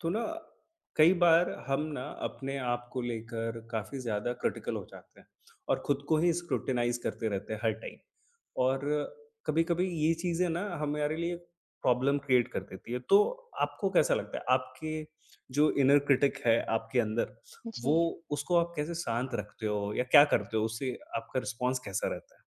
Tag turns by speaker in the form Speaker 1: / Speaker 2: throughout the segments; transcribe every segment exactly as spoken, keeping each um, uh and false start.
Speaker 1: तो ना कई बार हम ना अपने आप को लेकर काफी ज्यादा क्रिटिकल हो जाते हैं और खुद को ही स्क्रूटिनाइज करते रहते हैं हर टाइम। और कभी कभी ये चीजें ना हमारे लिए प्रॉब्लम क्रिएट कर देती है। तो आपको कैसा लगता है आपके जो इनर क्रिटिक है आपके अंदर,
Speaker 2: जी।
Speaker 1: वो उसको आप कैसे शांत रखते हो या क्या करते हो? उससे आपका रिस्पॉन्स कैसा रहता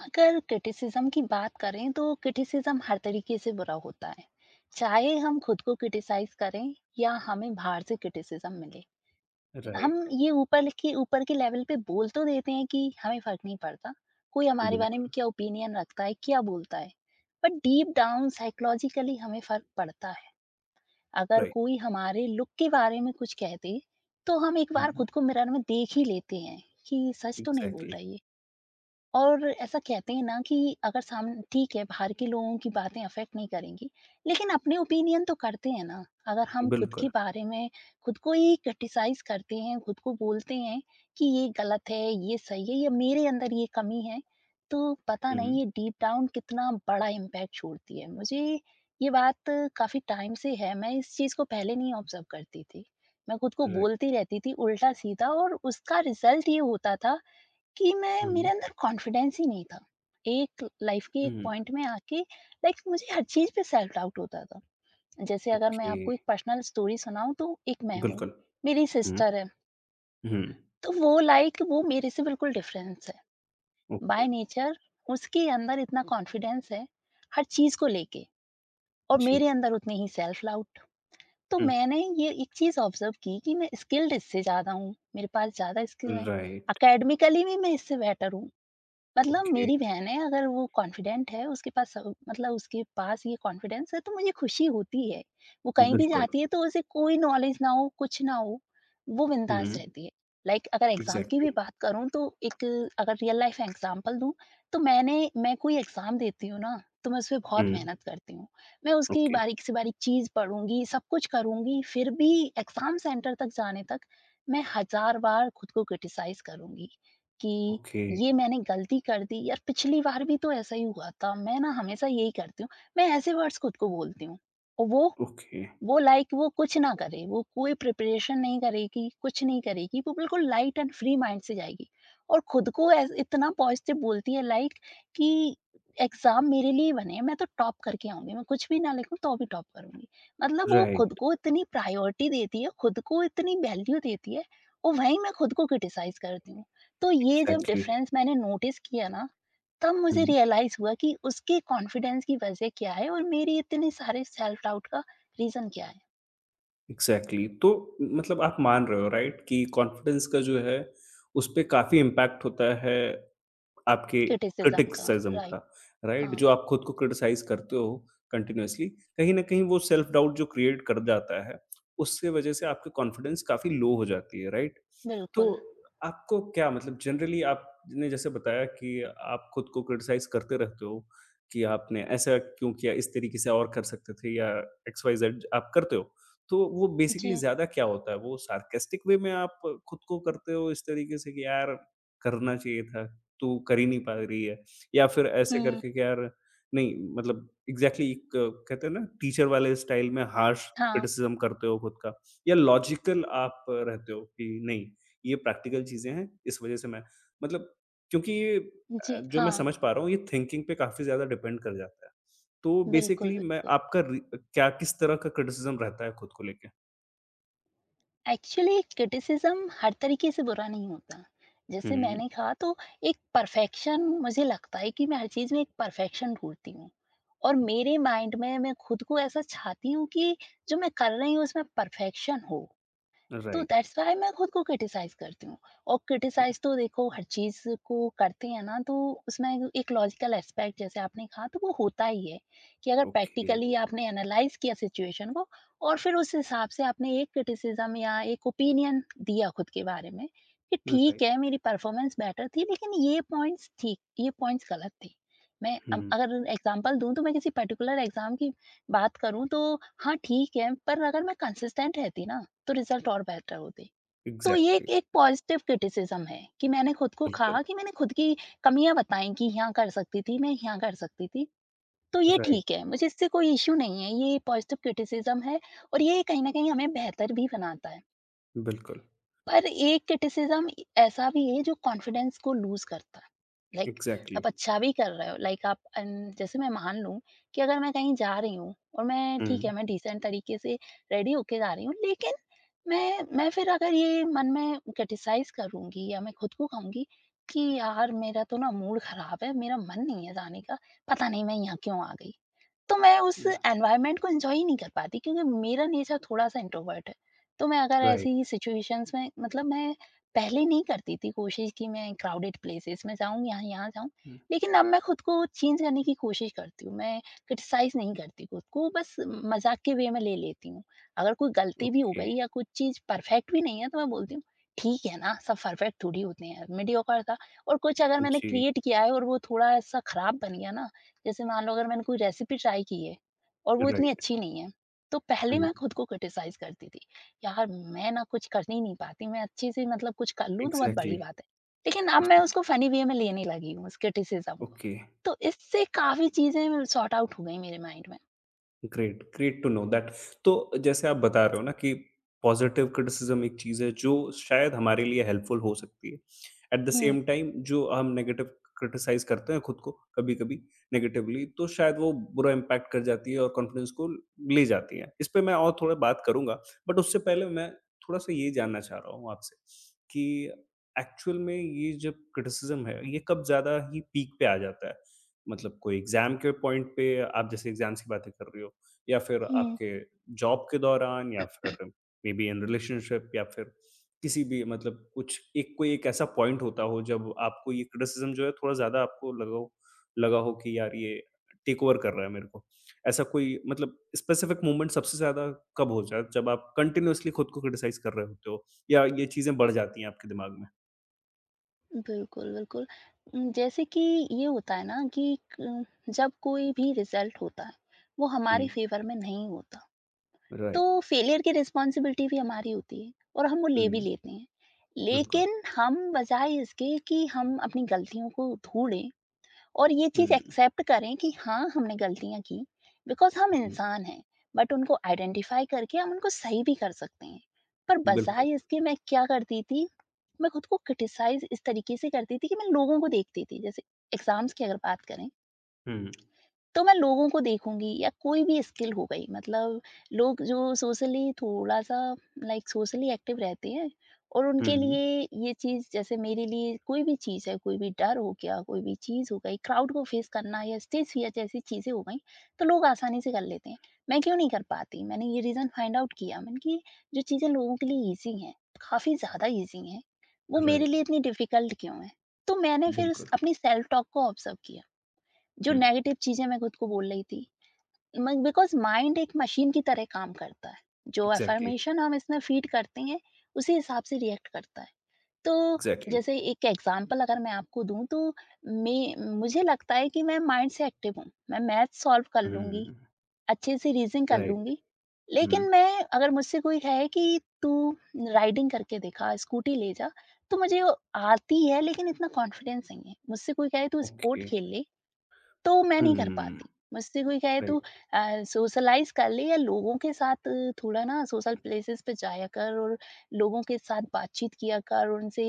Speaker 2: अगर क्रिटिसिज़्म की बात करें तो क्रिटिसिज़्म हर तरीके से बुरा होता है। चाहे हम खुद को क्रिटिसाइज़ करें या हमें बाहर से क्रिटिसिज़्म मिले।
Speaker 1: है?
Speaker 2: हम
Speaker 1: राइट।
Speaker 2: ये ऊपर के ऊपर के लेवल पे बोल तो देते हैं कि हमें फ़र्क नहीं पड़ता, कोई हमारे बारे में
Speaker 1: बिल्कुल।
Speaker 2: क्या ओपिनियन रखता है, क्या बोलता है। बट डीप डाउन साइकोलॉजिकली हमें फ़र्क पड़ता है। अगर
Speaker 1: राइट।
Speaker 2: कोई हमारे लुक के बारे में कुछ कह दे, तो हम एक बार खुद को मिरर में देख ही लेते हैं कि सच तो नहीं बोल
Speaker 1: एग्जैक्टली।
Speaker 2: रहा ये। और ऐसा कहते हैं ना कि अगर सामने ठीक है, बाहर के लोगों की बातें अफ़ेक्ट नहीं करेंगी, लेकिन अपने ओपिनियन तो करते हैं ना। अगर हम खुद के
Speaker 1: बिल्कुल।
Speaker 2: बारे में खुद को ही क्रिटिसाइज़ करते हैं, खुद को बोलते हैं कि ये गलत है, ये सही है या मेरे अंदर ये कमी है, तो पता नहीं ये डीप डाउन कितना बड़ा इम्पैक्ट छोड़ती है। मुझे ये बात काफ़ी टाइम से है, मैं इस चीज़ को पहले नहीं ऑब्ज़र्व करती थी। मैं खुद को
Speaker 1: राइट।
Speaker 2: बोलती रहती थी उल्टा-सीधा और उसका रिज़ल्ट ये होता था कि मैं मेरे अंदर कॉन्फिडेंस ही नहीं था। एक लाइफ़ के एक पॉइंट में आके लाइक मुझे हर चीज़ पे सेल्फ डाउट होता था। जैसे अगर मैं
Speaker 1: ओके।
Speaker 2: आपको एक पर्सनल स्टोरी सुनाऊँ तो एक मैं हूँ,
Speaker 1: बिल्कुल।
Speaker 2: मेरी
Speaker 1: हुँ,
Speaker 2: सिस्टर है,
Speaker 1: हुँ।
Speaker 2: तो वो लाइक वो मेरे से बिल्कुल डिफरेंस है।
Speaker 1: ओके,
Speaker 2: बाय नेचर उसके अंदर इतना कॉन्फिडेंस है हर चीज़ को लेके, और
Speaker 1: जी।
Speaker 2: मेरे अंदर उतनी ही सेल्फ डाउट। तो
Speaker 1: हुँ,
Speaker 2: मैंने ये एक चीज़ ऑब्ज़र्व की कि मैं स्किल्ड इससे ज़्यादा हूँ, मेरे पास ज़्यादा स्किल हैं।
Speaker 1: राइट,
Speaker 2: एकेडमिकली भी मैं इससे बेटर हूँ, मतलब
Speaker 1: ओके,
Speaker 2: मेरी बहन है, अगर वो कॉन्फिडेंट है, उसके पास सब, मतलब उसके पास ये कॉन्फिडेंस है, तो मुझे खुशी होती है। वो कहीं भी
Speaker 1: बिल्कुल।
Speaker 2: जाती है, तो उसे कोई नॉलेज ना हो, कुछ ना हो, वो बिंदास
Speaker 1: हुँ,
Speaker 2: रहती है। लाइक अगर एग्ज़ाम की भी
Speaker 1: एग्ज़ैक्टली।
Speaker 2: बात करूँ, तो एक अगर रियल लाइफ़ एग्ज़ाम्पल दूँ, तो मैंने मैं कोई एग्ज़ाम देती हूँ ना, तो मैं उसपे बहुत
Speaker 1: हुँ,
Speaker 2: मेहनत करती हूँ। मैं उसकी
Speaker 1: ओके,
Speaker 2: बारीक से बारीक चीज़ पढ़ूँगी, सब कुछ करूँगी, फिर भी एग्ज़ाम सेंटर तक जाने तक मैं हज़ार बार खुद को क्रिटिसाइज़ करूँगी कि
Speaker 1: ओके,
Speaker 2: ये मैंने गलती कर दी यार, पिछली बार भी तो ऐसा ही हुआ था, मैं ना हमेशा यही करती हूँ। मैं ऐसे वर्ड्स खुद को बोलती हूँ। और वो
Speaker 1: ओके,
Speaker 2: वो लाइक like, वो कुछ ना करे, वो कोई प्रिपरेशन नहीं करेगी, कुछ नहीं करेगी, वो बिल्कुल लाइट एंड फ्री माइंड से जाएगी और खुद को ऐस इतना पॉजिटिव बोलती है, लाइक कि एग्ज़ाम मेरे लिए ही बने हैं, मैं तो टॉप करके आऊँगी, मैं कुछ भी ना लिखूँ तो भी टॉप करूँगी। मतलब वो खुद
Speaker 1: राइट,
Speaker 2: को इतनी प्रायोरिटी देती है, खुद को इतनी वैल्यू देती है, और वहीं मैं खुद को क्रिटिसाइज़ करती हूँ। तो ये जब
Speaker 1: एग्ज़ैक्टली।
Speaker 2: डिफ़रेंस मैंने नोटिस किया ना, तब मुझे
Speaker 1: हुँ,
Speaker 2: रियलाइज़ हुआ कि उसके कॉन्फिडेंस की वज़ह क्या है और मेरी इतने सारे सेल्फ डाउट का रीज़न क्या है।
Speaker 1: एग्ज़ैक्टली। तो मतलब आप मान रहे हो राइट कि कॉन्फिडेंस का जो है, उसपे काफ़ी इम्पैक्ट होता है आपके
Speaker 2: क्रिटिसिज़्म का।
Speaker 1: Criticism
Speaker 2: right.
Speaker 1: का, राइट? जो
Speaker 2: हाँ।
Speaker 1: आप खुद को क्रिटिसाइज़ करते हो कंटीन्यूअसली, कहीं न कहीं वो सेल्फ डाउट जो क्रिएट कर जाता है, उससे वजह से आपकी कॉन्फिडेंस काफ़ी लो हो जाती है, राइट? तो
Speaker 2: बिल्कुल।
Speaker 1: आपको क्या मतलब जनरली आपने जैसे बताया कि आप खुद को क्रिटिसाइज़ करते रहते हो कि आपने ऐसा क्यों किया, इस तरीके से और कर सकते थे या एक्स, वाई, ज़ेड आप करते हो। तो वो बेसिकली
Speaker 2: जी।
Speaker 1: ज़्यादा क्या होता है? वो सार्कास्टिक वे में आप खुद को करते हो इस तरीके से कि यार करना चाहिए था? तो कर ही नहीं पा रही है। या फिर ऐसे
Speaker 2: हुँ।
Speaker 1: करके कि यार नहीं मतलब एग्ज़ैक्टली एक कहते हैं ना टीचर वाले स्टाइल में हार्श
Speaker 2: हाँ।
Speaker 1: क्रिटिसिज़्म करते हो खुद का, या लॉजिकल आप रहते हो कि नहीं, ये प्रैक्टिकल चीज़ें हैं, इस वज़ह से मैं मतलब, क्योंकि ये
Speaker 2: जी,
Speaker 1: अ, जो मैं
Speaker 2: हाँ।
Speaker 1: समझ पा रहा हूँ ये थिंकिंग पे काफ़ी ज़्यादा डिपेंड कर जाता है। तो
Speaker 2: बिल्कुल,
Speaker 1: बेसिकली मैं
Speaker 2: बिल्कुल।
Speaker 1: आपका रि क्या किस तरह का क्रिटिसिज़्म रहता है खुद को लेके?
Speaker 2: एक्चुअली क्रिटिसिज़्म हर तरीके से बुरा नहीं होता। जैसे
Speaker 1: हुँ।
Speaker 2: मैंने कहा, तो एक परफ़ेक्शन, मुझे लगता है कि मैं हर चीज़ में एक परफ़ेक्शन ढूँढती हूँ, और मेरे माइंड में मैं खुद को ऐसा चाहती हूँ कि जो मैं कर रही हूँ उसमें परफ़ेक्शन हो। तो
Speaker 1: राइट।
Speaker 2: दैट्स व्हाई मैं खुद को क्रिटिसाइज़ करती हूँ। और क्रिटिसाइज़ तो देखो हर चीज़ को करते हैं ना, तो उसमें एक लॉजिकल एस्पेक्ट, जैसे आपने कहा, तो वो होता ही है कि अगर
Speaker 1: ओके।
Speaker 2: प्रैक्टिकली आपने एनालाइज किया सिचुएशन को, और फिर उस हिसाब से आपने एक क्रिटिसिज्म या एक ओपिनियन दिया खुद के बारे में कि ठीक
Speaker 1: राइट।
Speaker 2: है, मेरी परफॉर्मेंस बेटर थी लेकिन ये पॉइंट्स ठीक, ये पॉइंट्स गलत थे। मैं अब
Speaker 1: हुँ।
Speaker 2: अगर एग्जांपल दूं, तो मैं किसी पर्टिकुलर एग्जाम की बात करूं, तो हाँ ठीक है, पर अगर मैं कंसिस्टेंट रहती ना, तो रिजल्ट और बेहतर होते। तो ये
Speaker 1: एग्ज़ैक्टली।
Speaker 2: एक एक पॉज़िटिव क्रिटिसिज़्म है कि मैंने खुद को
Speaker 1: बिल्कुल।
Speaker 2: कहा, कि मैंने खुद की कमियाँ बताई कि यहाँ कर सकती थी, मैं यहाँ कर सकती थी। तो ये
Speaker 1: राइट।
Speaker 2: ठीक है, मुझे इससे कोई इश्यू नहीं है, ये पॉज़िटिव क्रिटिसिज़्म है, और ये कहीं न कहीं हमें बेहतर भी बनाता है।
Speaker 1: बिल्कुल,
Speaker 2: पर एक क्रिटिसिज्म ऐसा भी है जो कॉन्फिडेंस को लूज़ करता है। Like
Speaker 1: exactly.
Speaker 2: आप अच्छा भी कर रहे हो, लाइक आप अन जैसे मैं मान लूँ कि अगर मैं कहीं जा रही हूँ और मैं ठीक है,
Speaker 1: हुँ,
Speaker 2: मैं डिसेंट तरीके से रेडी होके जा रही हूँ, लेकिन मैं मैं फिर अगर ये मन में क्रिटिसाइज़ करूँगी या मैं खुद को कहूँगी कि यार मेरा तो ना मूड ख़राब है, मेरा मन नहीं है जाने का, पता नहीं मैं यहाँ क्यों आ गई। तो मैं उस
Speaker 1: हुँ,
Speaker 2: एनवायरनमेंट को एन्जॉय ही नहीं कर पाती क्योंकि मेरा नेचर थोड़ा-सा इंट्रोवर्ट है। तो मैं अगर
Speaker 1: राइट,
Speaker 2: ऐसी सिचुएशंस में, मतलब मैं पहले नहीं करती थी कोशिश कि मैं क्राउडेड प्लेसेस में जाऊँ, यहाँ यहाँ जाऊँ।
Speaker 1: हुँ,
Speaker 2: लेकिन अब मैं खुद को चेंज करने की कोशिश करती हूँ। मैं क्रिटिसाइज़ नहीं करती खुद को, बस मज़ाक के वे में ले लेती हूँ। अगर कोई गलती भी हो
Speaker 1: ओके,
Speaker 2: गई या कुछ चीज़ परफेक्ट भी नहीं है, तो मैं बोलती हूँ, "ठीक है ना, सब परफेक्ट थोड़ी होते हैं, मीडियोकर था।" और कुछ अगर मैंने
Speaker 1: जी,
Speaker 2: क्रिएट किया है और वो थोड़ा-सा खराब बन गया ना, जैसे मान लो अगर मैंने कोई रेसिपी ट्राई की है और वो इतनी
Speaker 1: राइट,
Speaker 2: अच्छी नहीं है, तो पहले
Speaker 1: हुँ,
Speaker 2: मैं खुद को क्रिटिसाइज करती थी, "यार मैं ना कुछ कर ही नहीं पाती, मैं अच्छे से, मतलब कुछ कर लूं तो बहुत
Speaker 1: एग्ज़ैक्टली,
Speaker 2: बड़ी बात है।" लेकिन अब मैं
Speaker 1: जी,
Speaker 2: उसको फनी वे में लेने लगी हूँ, उस क्रिटिसिज्म को।
Speaker 1: ओके।
Speaker 2: तो इससे काफी चीजें सॉर्ट आउट हो गई मेरे माइंड में।
Speaker 1: Great, great to know that. तो जैसे आप बता रहे हो ना कि पॉज़िटिव क्रिटिसिज़्म एक चीज़ है जो शायद हमारे लिए हेल्पफुल हो सकती है। At the
Speaker 2: hmm.
Speaker 1: Same time जो हम नेगेटिव क्रिटिसाइज़ करते हैं खुद को कभी-कभी नेगेटिवली, तो शायद वो बुरा इम्पैक्ट कर जाती है और कॉन्फिडेंस को ले जाती है। इस पे मैं और थोड़ा बात करूँगा, बट उससे पहले मैं थोड़ा-सा ये जानना चाह रहा हूँ आपसे कि एक्चुअल में ये जब क्रिटिसिज़्म है, ये कब ज़्यादा ही पीक पे आ जाता है? मतलब कोई एग्ज़ाम के पॉइंट पे आप जैसे एग्ज़ाम्स की बातें कर रही हो। या फिर
Speaker 2: हम्म।
Speaker 1: आपके जॉब के दौरान, या फिर मे बी इन रिलेशनशिप, या फिर किसी भी मतलब कुछ एक कोई एक ऐसा पॉइंट होता हो जब आपको ये क्रिटिसिज्म जो है थोड़ा ज़्यादा आपको लगा हो लगा हो कि यार ये टेक ओवर कर रहा है मेरे को। ऐसा कोई मतलब स्पेसिफिक मोमेंट सबसे ज़्यादा कब हो जाए जब आप कंटिन्यूअसली खुद को क्रिटिसाइज़ कर रहे होते हो या ये चीज़ें बढ़ जाती हैं आपके दिमाग में?
Speaker 2: बिल्कुल, बिल्कुल। उम, जैसे कि ये होता है ना कि क- जब कोई भी रिजल्ट होता है वो
Speaker 1: हुँ,
Speaker 2: हमारे फेवर में नहीं होता, तो
Speaker 1: राइट।
Speaker 2: फेलियर की रिस्पॉन्सिबिलिटी भी हमारी होती है और हम वो ले भी
Speaker 1: हुँ,
Speaker 2: लेते हैं।
Speaker 1: बिल्कुल।
Speaker 2: लेकिन हम, बजाय इसके कि हम अपनी गलतियों को ढूंढें और ये चीज़
Speaker 1: हुँ,
Speaker 2: एक्सेप्ट करें कि हाँ हमने गलतियाँ की, बिकॉज हम
Speaker 1: हुँ,
Speaker 2: इंसान हैं, बट उनको आइडेंटिफाई करके हम उनको सही भी कर सकते हैं, पर
Speaker 1: बिल्कुल।
Speaker 2: बजाय इसके मैं क्या करती थी? मैं खुद को क्रिटिसाइज इस तरीके से करती थी कि मैं लोगों को देखती थी, जैसे एग्जाम्स की अगर बात करें,
Speaker 1: हुँ,
Speaker 2: तो मैं लोगों को देखूँगी, या कोई भी स्किल हो गई, मतलब लोग जो सोशली थोड़ा-सा, लाइक सोशली एक्टिव रहते हैं, और उनके
Speaker 1: हुँ,
Speaker 2: लिए ये चीज़, जैसे मेरे लिए कोई भी चीज़ है, कोई भी डर हो गया, कोई भी चीज़ हो गई, क्राउड को फेस करना या स्टेज फियर जैसी चीज़ें हो गईं, तो लोग आसानी से कर लेते हैं। मैं क्यों नहीं कर पाती? मैंने ये रीज़न फाइंड आउट किया, मैंने कि जो चीज़ें लोगों के लिए ईज़ी हैं, काफ़ी ज़्यादा ईज़ी हैं, वो मेरे लिए
Speaker 1: राइट,
Speaker 2: इतनी डिफ़िकल्ट क्यों हैं? तो मैंने फिर स
Speaker 1: बिल्कुल।
Speaker 2: अपनी सेल्फ टॉक को ऑब्ज़र्व किया। जो
Speaker 1: हुँ,
Speaker 2: नेगेटिव चीज़ें मैं खुद को बोल रही थी। म बिकॉज़ माइंड एक मशीन की तरह काम करता है। जो
Speaker 1: एग्ज़ैक्टली।
Speaker 2: अफ़र्मेशन हम इसमें फ़ीड करते हैं, उसी हिसाब से रिएक्ट करता है। तो
Speaker 1: Exactly.
Speaker 2: जैसे एक एग्ज़ाम्पल अगर मैं आपको दूँ, तो मैं मुझे लगता है कि मैं माइंड से एक्टिव हूँ। मैं मैथ्स सॉल्व कर लूँगी,
Speaker 1: Hmm.
Speaker 2: अच्छे से रीज़निंग कर
Speaker 1: Right.
Speaker 2: लूँगी।
Speaker 1: Hmm.
Speaker 2: लेकिन मैं अगर मुझसे कोई कहे कि तू राइडिंग करके दिखा, स्कूटी ले जा, तो मुझे वो आती है लेकिन इतना कॉन्फिडेंस नहीं है। मुझसे कोई कहे तू स्पोर्ट
Speaker 1: Okay.
Speaker 2: खेल ले, तो मैं नहीं कर
Speaker 1: Hmm.
Speaker 2: पाती। मुझसे कोई कहे तू
Speaker 1: Right.
Speaker 2: अ, सोशलाइज़ कर ले, या लोगों के साथ अ, थोड़ा ना सोशल प्लेसेस पे जाया कर और लोगों के साथ बातचीत किया कर उनसे,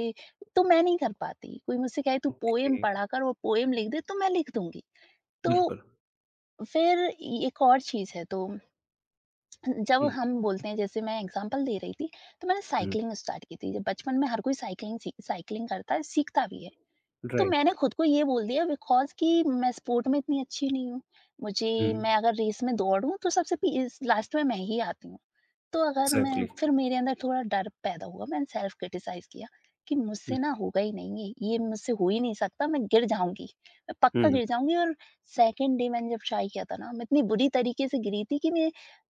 Speaker 2: तो मैं नहीं कर पाती। कोई मुझसे कहे तू पोएम
Speaker 1: Okay.
Speaker 2: पढ़ा कर और पोएम लिख दे, तो मैं लिख दूँगी। तो
Speaker 1: Wonderful.
Speaker 2: फिर ये एक और चीज़ है। तो जब हम बोलते हैं, जैसे मैं एग्ज़ाम्पल दे रही थी, तो मैंने
Speaker 1: Hmm.
Speaker 2: साइक्लिंग स्टार्ट की थी। जब बचपन में हर कोई साइक्लिंग, सी साइक्लिंग करता है, सीखता भी है। तो मैंने
Speaker 1: Right.
Speaker 2: खुद को ये बोल दिया बिकॉज़ कि मैं स्पोर्ट में इतनी अच्छी नहीं हूँ। मुझे
Speaker 1: Hmm.
Speaker 2: मैं अगर रेस में दौड़ूँ तो सबसे पी इस लास्ट में मैं ही आती हूँ। तो अगर मैं
Speaker 1: Exactly.
Speaker 2: फिर मेरे अंदर थोड़ा डर पैदा हुआ, मैंने सेल्फ क्रिटिसाइज़ किया कि मुझसे ना होगा ही नहीं ये, ये मुझसे हो ही नहीं सकता, मैं गिर जाऊँगी। मैं पक्का
Speaker 1: Hmm.
Speaker 2: गिर जाऊँगी। और सेकंड डे मैंने जब ट्राई किया था ना, मैं इतनी बुरी तरीके से गिरी थी कि मैं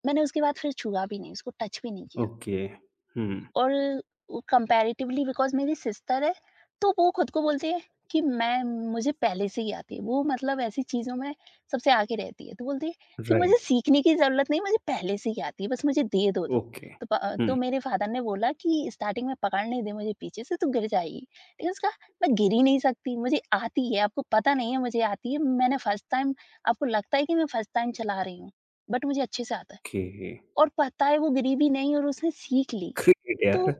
Speaker 2: मैंने उसके बाद फिर छुआ भी नहीं, उसको टच भी नहीं किया।
Speaker 1: Okay. Hmm.
Speaker 2: और कंपैरेटिवली, बिकॉज़ मेरी सिस्टर है, तो वो खुद को बोलती है कि मैं मुझे पहले से ही आती है। वो मतलब ऐसी चीज़ों में सबसे आगे रहती है। तो बोलती है कि मुझे
Speaker 1: Right.
Speaker 2: सीखने की ज़रूरत नहीं, मुझे पहले से ही आती है, बस मुझे दे दो तुम।
Speaker 1: Okay.
Speaker 2: तो प अ, तो
Speaker 1: Hmm.
Speaker 2: मेरे फादर ने बोला कि स्टार्टिंग में पकड़ने दे मुझे पीछे से, तो गिर जाएगी। लेकिन उसने कहा, "मैं गिर ही नहीं सकती, मुझे आती है, आपको पता नहीं है मुझे आती है। मैंने फर्स्ट टाइम आपको लगता है कि मैं फर्स्ट टाइम चला रही हूँ, बट मुझे अच्छे से आता है।"
Speaker 1: Okay.
Speaker 2: और पता है वो गिरी भी नहीं और उसने सीख ली।
Speaker 1: Great,
Speaker 2: तो
Speaker 1: yar.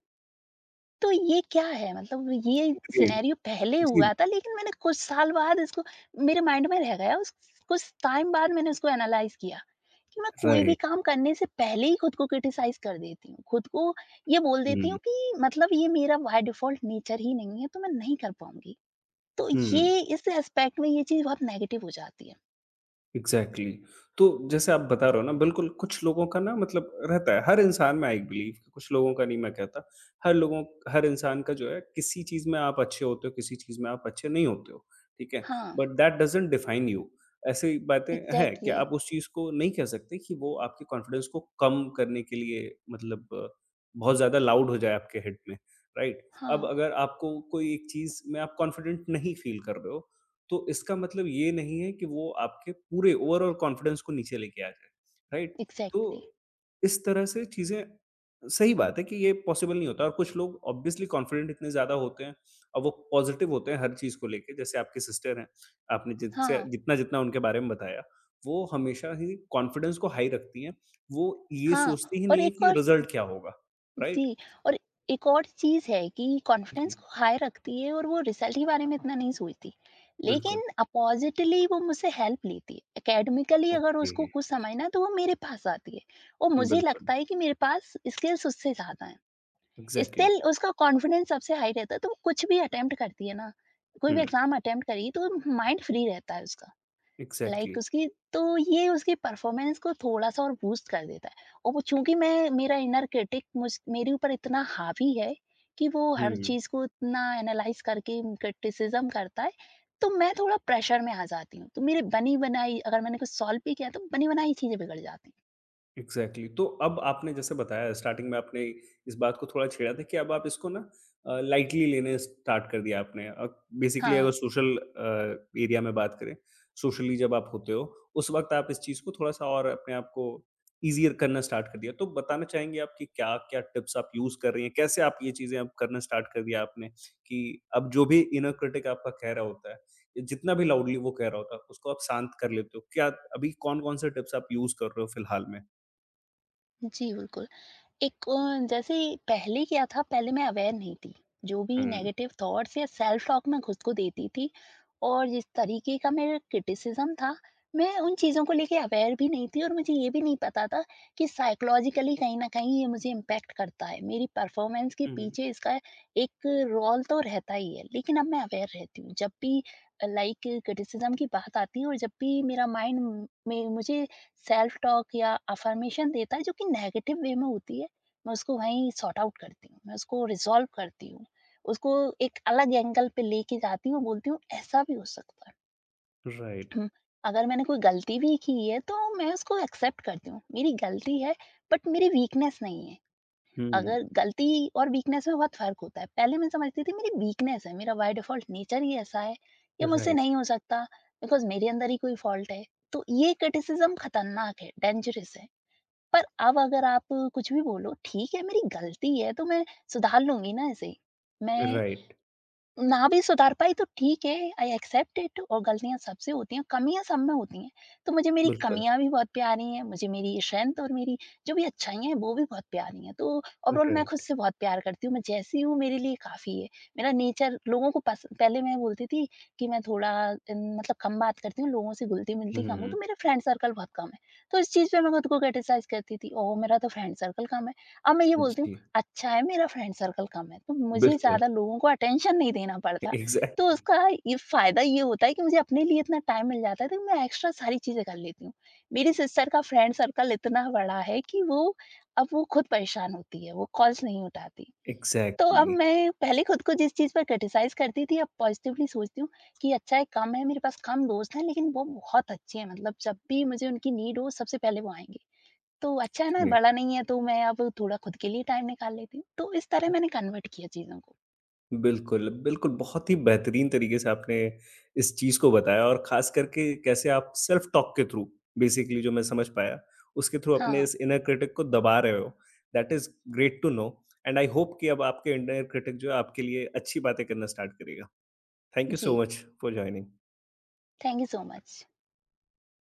Speaker 2: तो ये क्या है? मतलब ये
Speaker 1: Great.
Speaker 2: सिनेरियो पहले
Speaker 1: जी.
Speaker 2: हुआ था लेकिन मैंने कुछ साल बाद इसको मेरे माइंड में रह गया। उस कुछ टाइम बाद मैंने उसको एनालाइज़ किया कि मैं कोई भी
Speaker 1: Right.
Speaker 2: काम करने से पहले ही खुद को क्रिटिसाइज़ कर देती हूँ। खुद को ये बोल देती
Speaker 1: Hmm.
Speaker 2: हूँ कि मतलब ये मेरा बाय डिफ़ॉल्ट नेचर ही नहीं है, तो मैं नहीं कर पाऊँगी। तो
Speaker 1: Hmm.
Speaker 2: ये इस एस्पेक्ट में ये चीज़ बहुत नेगेटिव हो जाती है।
Speaker 1: एग्ज़ैक्टली। तो जैसे आप बता रहे हो ना बिल्कुल, कुछ लोगों का ना मतलब रहता है हर इंसान में। आई बिलीव कुछ लोगों का नहीं, मैं कहता हर लोगों हर इंसान का जो है किसी चीज़ में आप अच्छे होते हो, किसी चीज़ में आप अच्छे नहीं होते हो, ठीक है?
Speaker 2: हाँ,
Speaker 1: but that doesn't define you. ऐसी बातें हैं कि
Speaker 2: एग्ज़ैक्टली।
Speaker 1: आप उस चीज़ को नहीं कह सकते कि वो आपके कॉन्फिडेंस को कम करने के लिए मतलब अ, बहुत ज़्यादा लाउड हो जाए आपके हेड में, राइट? अब
Speaker 2: हाँ,
Speaker 1: अगर आपको कोई एक चीज़ में आप कॉन्फिडेंट नहीं फील कर रहे हो तो इसका मतलब ये नहीं है कि वो आपके पूरे ओवरऑल कॉन्फिडेंस को नीचे लेके आ जाए, राइट?
Speaker 2: एग्ज़ैक्टली।
Speaker 1: तो इस तरह से चीज़ें, सही बात है कि ये पॉसिबल नहीं होता, और कुछ लोग ऑब्वियसली कॉन्फिडेंट इतने ज़्यादा होते हैं और वो पॉज़िटिव होते हैं हर चीज़ को लेके, जैसे आपकी सिस्टर हैं, आपने जिनसे
Speaker 2: हाँ,
Speaker 1: जितना-जितना उनके बारे में बताया, वो हमेशा ही कॉन्फिडेंस को हाई रखती हैं। वो ये
Speaker 2: हाँ
Speaker 1: सोचती ही
Speaker 2: और
Speaker 1: नहीं है
Speaker 2: एक
Speaker 1: कि
Speaker 2: और
Speaker 1: रिज़ल्ट क्या होगा, राइट?
Speaker 2: जी, और एक और चीज़ है कि कॉन्फिडेंस
Speaker 1: जी,
Speaker 2: को हाई रखती है और वो रिज़ल्ट के बारे में इतना नहीं सोचती।
Speaker 1: बिल्कुल।
Speaker 2: लेकिन अपोज़िटली वो मुझसे हेल्प लेती है। एकेडमिकली अगर
Speaker 1: ओके,
Speaker 2: उसको कुछ समझना तो वो मेरे पास आती है और मुझे
Speaker 1: बिल्कुल।
Speaker 2: लगता है कि मेरे पास स्किल्स उससे ज़्यादा हैं।
Speaker 1: एग्ज़ैक्टली।
Speaker 2: स्टिल उसका कॉन्फिडेंस सबसे हाई रहता है, तो वो कुछ भी अटेम्प्ट करती है ना, कोई भी
Speaker 1: हुँ,
Speaker 2: एग्ज़ाम अटेम्प्ट करी तो माइंड फ्री रहता है उसका। Like
Speaker 1: exactly.
Speaker 2: उसकी तो ये उसकी परफॉर्मेंस को थोड़ा-सा और बूस्ट कर देता है। और वो चूँकि मैं मेरा इनर क्रिटिक मुझ मेरे ऊपर इतना हावी है कि वो हर
Speaker 1: हुँ।
Speaker 2: चीज़ को इतना एनालाइज़ करके क्रिटिसिज़्म करता है, तो मैं थोड़ा प्रेशर में आ जाती हूँ। तो मेरे बनी-बनाई अगर मैंने कुछ सॉल्व भी किया तो बनी-बनाई चीज़ें बिगड़ जाती हैं।
Speaker 1: एग्ज़ैक्टली। तो अब आपने जैसे बताया स्टार्टिंग में आपने इस बात को थोड़ा छेड़ा था कि अब आप इसको ना अ, लाइटली लेने स्टार्ट कर दिया आपने। अब बेसिकली अगर
Speaker 2: हाँ।
Speaker 1: सोशल अ, एरिया में बात करें, सोशली जब आप होते हो, उस वक़्त आप इस चीज़ को थोड़ा-सा और अपने आप को ईज़ियर करना स्टार्ट कर दिया। तो बताना चाहेंगे आप कि क्या-क्या टिप्स आप यूज़ कर रही हैं? कैसे आप ये चीज़ें अब करना स्टार्ट कर दिया आपने कि अब जो भी इनर क्रिटिक आपका कह रहा होता है, या जितना भी लाउडली वो कह रहा होता है, उसको आप शांत कर लेते हो? क्या अभी कौन-कौन से टिप्स आप यूज़ कर रहे हो फिलहाल में?
Speaker 2: जी, बिल्कुल। एक अ, जैसे पहले क्या था, पहले मैं अवेयर नहीं थी। जो भी
Speaker 1: हुँ,
Speaker 2: नेगेटिव थॉट्स या सेल्फ टॉक मैं खुद को देती थी और जिस तरीके का मेरा क्रिटिसिज़्म था, मैं उन चीज़ों को लेके अवेयर भी नहीं थी और मुझे ये भी नहीं पता था कि साइकोलॉजिकली कहीं न कहीं ये मुझे इम्पैक्ट करता है। मेरी परफ़ॉर्मेंस के
Speaker 1: हुँ,
Speaker 2: पीछे इसका एक रोल तो रहता ही है, लेकिन अब मैं अवेयर रहती हूँ। जब भी अ, लाइक क्रिटिसिज़्म की बात आती है और जब भी मेरा माइंड में मुझे सेल्फ टॉक या अफ़र्मेशन देता है, जो कि नेगेटिव वे में होती है, मैं उसको वहीं सॉर्ट आउट करती हूँ, मैं उसको रिज़ॉल्व करती हूँ, उसको एक अलग एंगल पे लेके जाती हूँ, बोलती हूँ ऐसा भी हो सकता है। हुँ,
Speaker 1: राइट,
Speaker 2: अगर मैंने कोई गलती भी की है तो मैं उसको एक्सेप्ट करती हूँ, मेरी गलती है बट मेरी वीकनेस नहीं है।
Speaker 1: हुँ,
Speaker 2: अगर गलती और वीकनेस में बहुत फ़र्क होता है, पहले मैं समझती थी मेरी वीकनेस है, मेरा बाय डिफ़ॉल्ट नेचर ही ऐसा है, ये मुझसे
Speaker 1: राइट,
Speaker 2: नहीं हो सकता बिकॉज़ मेरे अंदर ही कोई फ़ॉल्ट है। तो ये क्रिटिसिज़्म खतरनाक है, डेंजरस है। पर अब अगर आप कुछ भी बोलो, ठीक है मेरी गलती है तो मैं सुधार लूँगी ना इसे। मैं
Speaker 1: राइट,
Speaker 2: ना भी सुधार पाई तो ठीक है, आई एक्सेप्ट इट और गलतियाँ सबसे होती हैं, कमियाँ सब में होती हैं। तो मुझे मेरी
Speaker 1: बिल्कुल,
Speaker 2: कमियाँ भी बहुत प्यारी हैं, मुझे मेरी स्ट्रेंथ और मेरी जो भी अच्छाइयाँ हैं, वो भी बहुत प्यारी हैं। तो ओवरऑल मैं खुद
Speaker 1: राइट,
Speaker 2: से बहुत प्यार करती हूँ, मैं जैसी हूँ मेरे लिए काफ़ी है। मेरा नेचर लोगों को पस पहले मैं बोलती थी कि मैं थोड़ा उम, मतलब कम बात करती हूँ, लोगों से घुलती-मिलती कम हूँ,
Speaker 1: हुँ,
Speaker 2: तो मेरा फ्रेंड सर्कल बहुत कम है। तो इस चीज़ पे मैं खुद को क्रिटिसाइज़ करती थी, ओह! मेरा तो फ्रेंड सर्कल कम है। अब मैं ये बोलती हूँ
Speaker 1: जी,
Speaker 2: अच्छा है मेरा फ्रेंड सर्कल कम है, तो मुझे
Speaker 1: बिल्कुल,
Speaker 2: ज़्यादा लोगों को अटेंशन नहीं देना पड़ता। तो
Speaker 1: एग्ज़ैक्टली,
Speaker 2: उसका ये फ़ायदा ये होता है कि मुझे अपने लिए इतना टाइम मिल जाता है, तो मैं एक्स्ट्रा सारी चीज़ें कर लेती हूँ। मेरी सिस्टर का फ्रेंड सर्कल इतना बड़ा है कि वो अब वो खुद परेशान होती है, वो कॉल्स नहीं उठाती। तो अब
Speaker 1: एग्ज़ैक्टली,
Speaker 2: मैं पहले खुद को जिस चीज़ पर क्रिटिसाइज़ करती थी, अब पॉज़िटिवली सोचती हूँ कि अच्छा है कम है, मेरे पास कम दोस्त हैं, लेकिन वो बहुत अच्छे हैं, मतलब जब भी मुझे उनकी नीड हो सबसे पहले वो आएँगे। तो अच्छा है ना, बड़ा
Speaker 1: राइट,
Speaker 2: नहीं है तो मैं अब थोड़ा खुद के लिए टाइम निकाल लेती हूँ। तो इस तरह मैंने कन्वर्ट किया चीज़ों को।
Speaker 1: बिल्कुल, बिल्कुल, बहुत ही बेहतरीन तरीके से आपने इस चीज़ को बताया, और ख़ास करके कैसे आप सेल्फ टॉक के थ्रू बेसिकली जो मैं समझ पाया, उसके थ्रू अपने
Speaker 2: हाँ,
Speaker 1: इस इनर क्रिटिक को दबा रहे हो, that is great to know, and I hope कि अब आपके इनर क्रिटिक जो है आपके लिए अच्छी बातें करना स्टार्ट करेगा। थैंक यू
Speaker 2: जी।
Speaker 1: So much for joining.
Speaker 2: Thank you so much.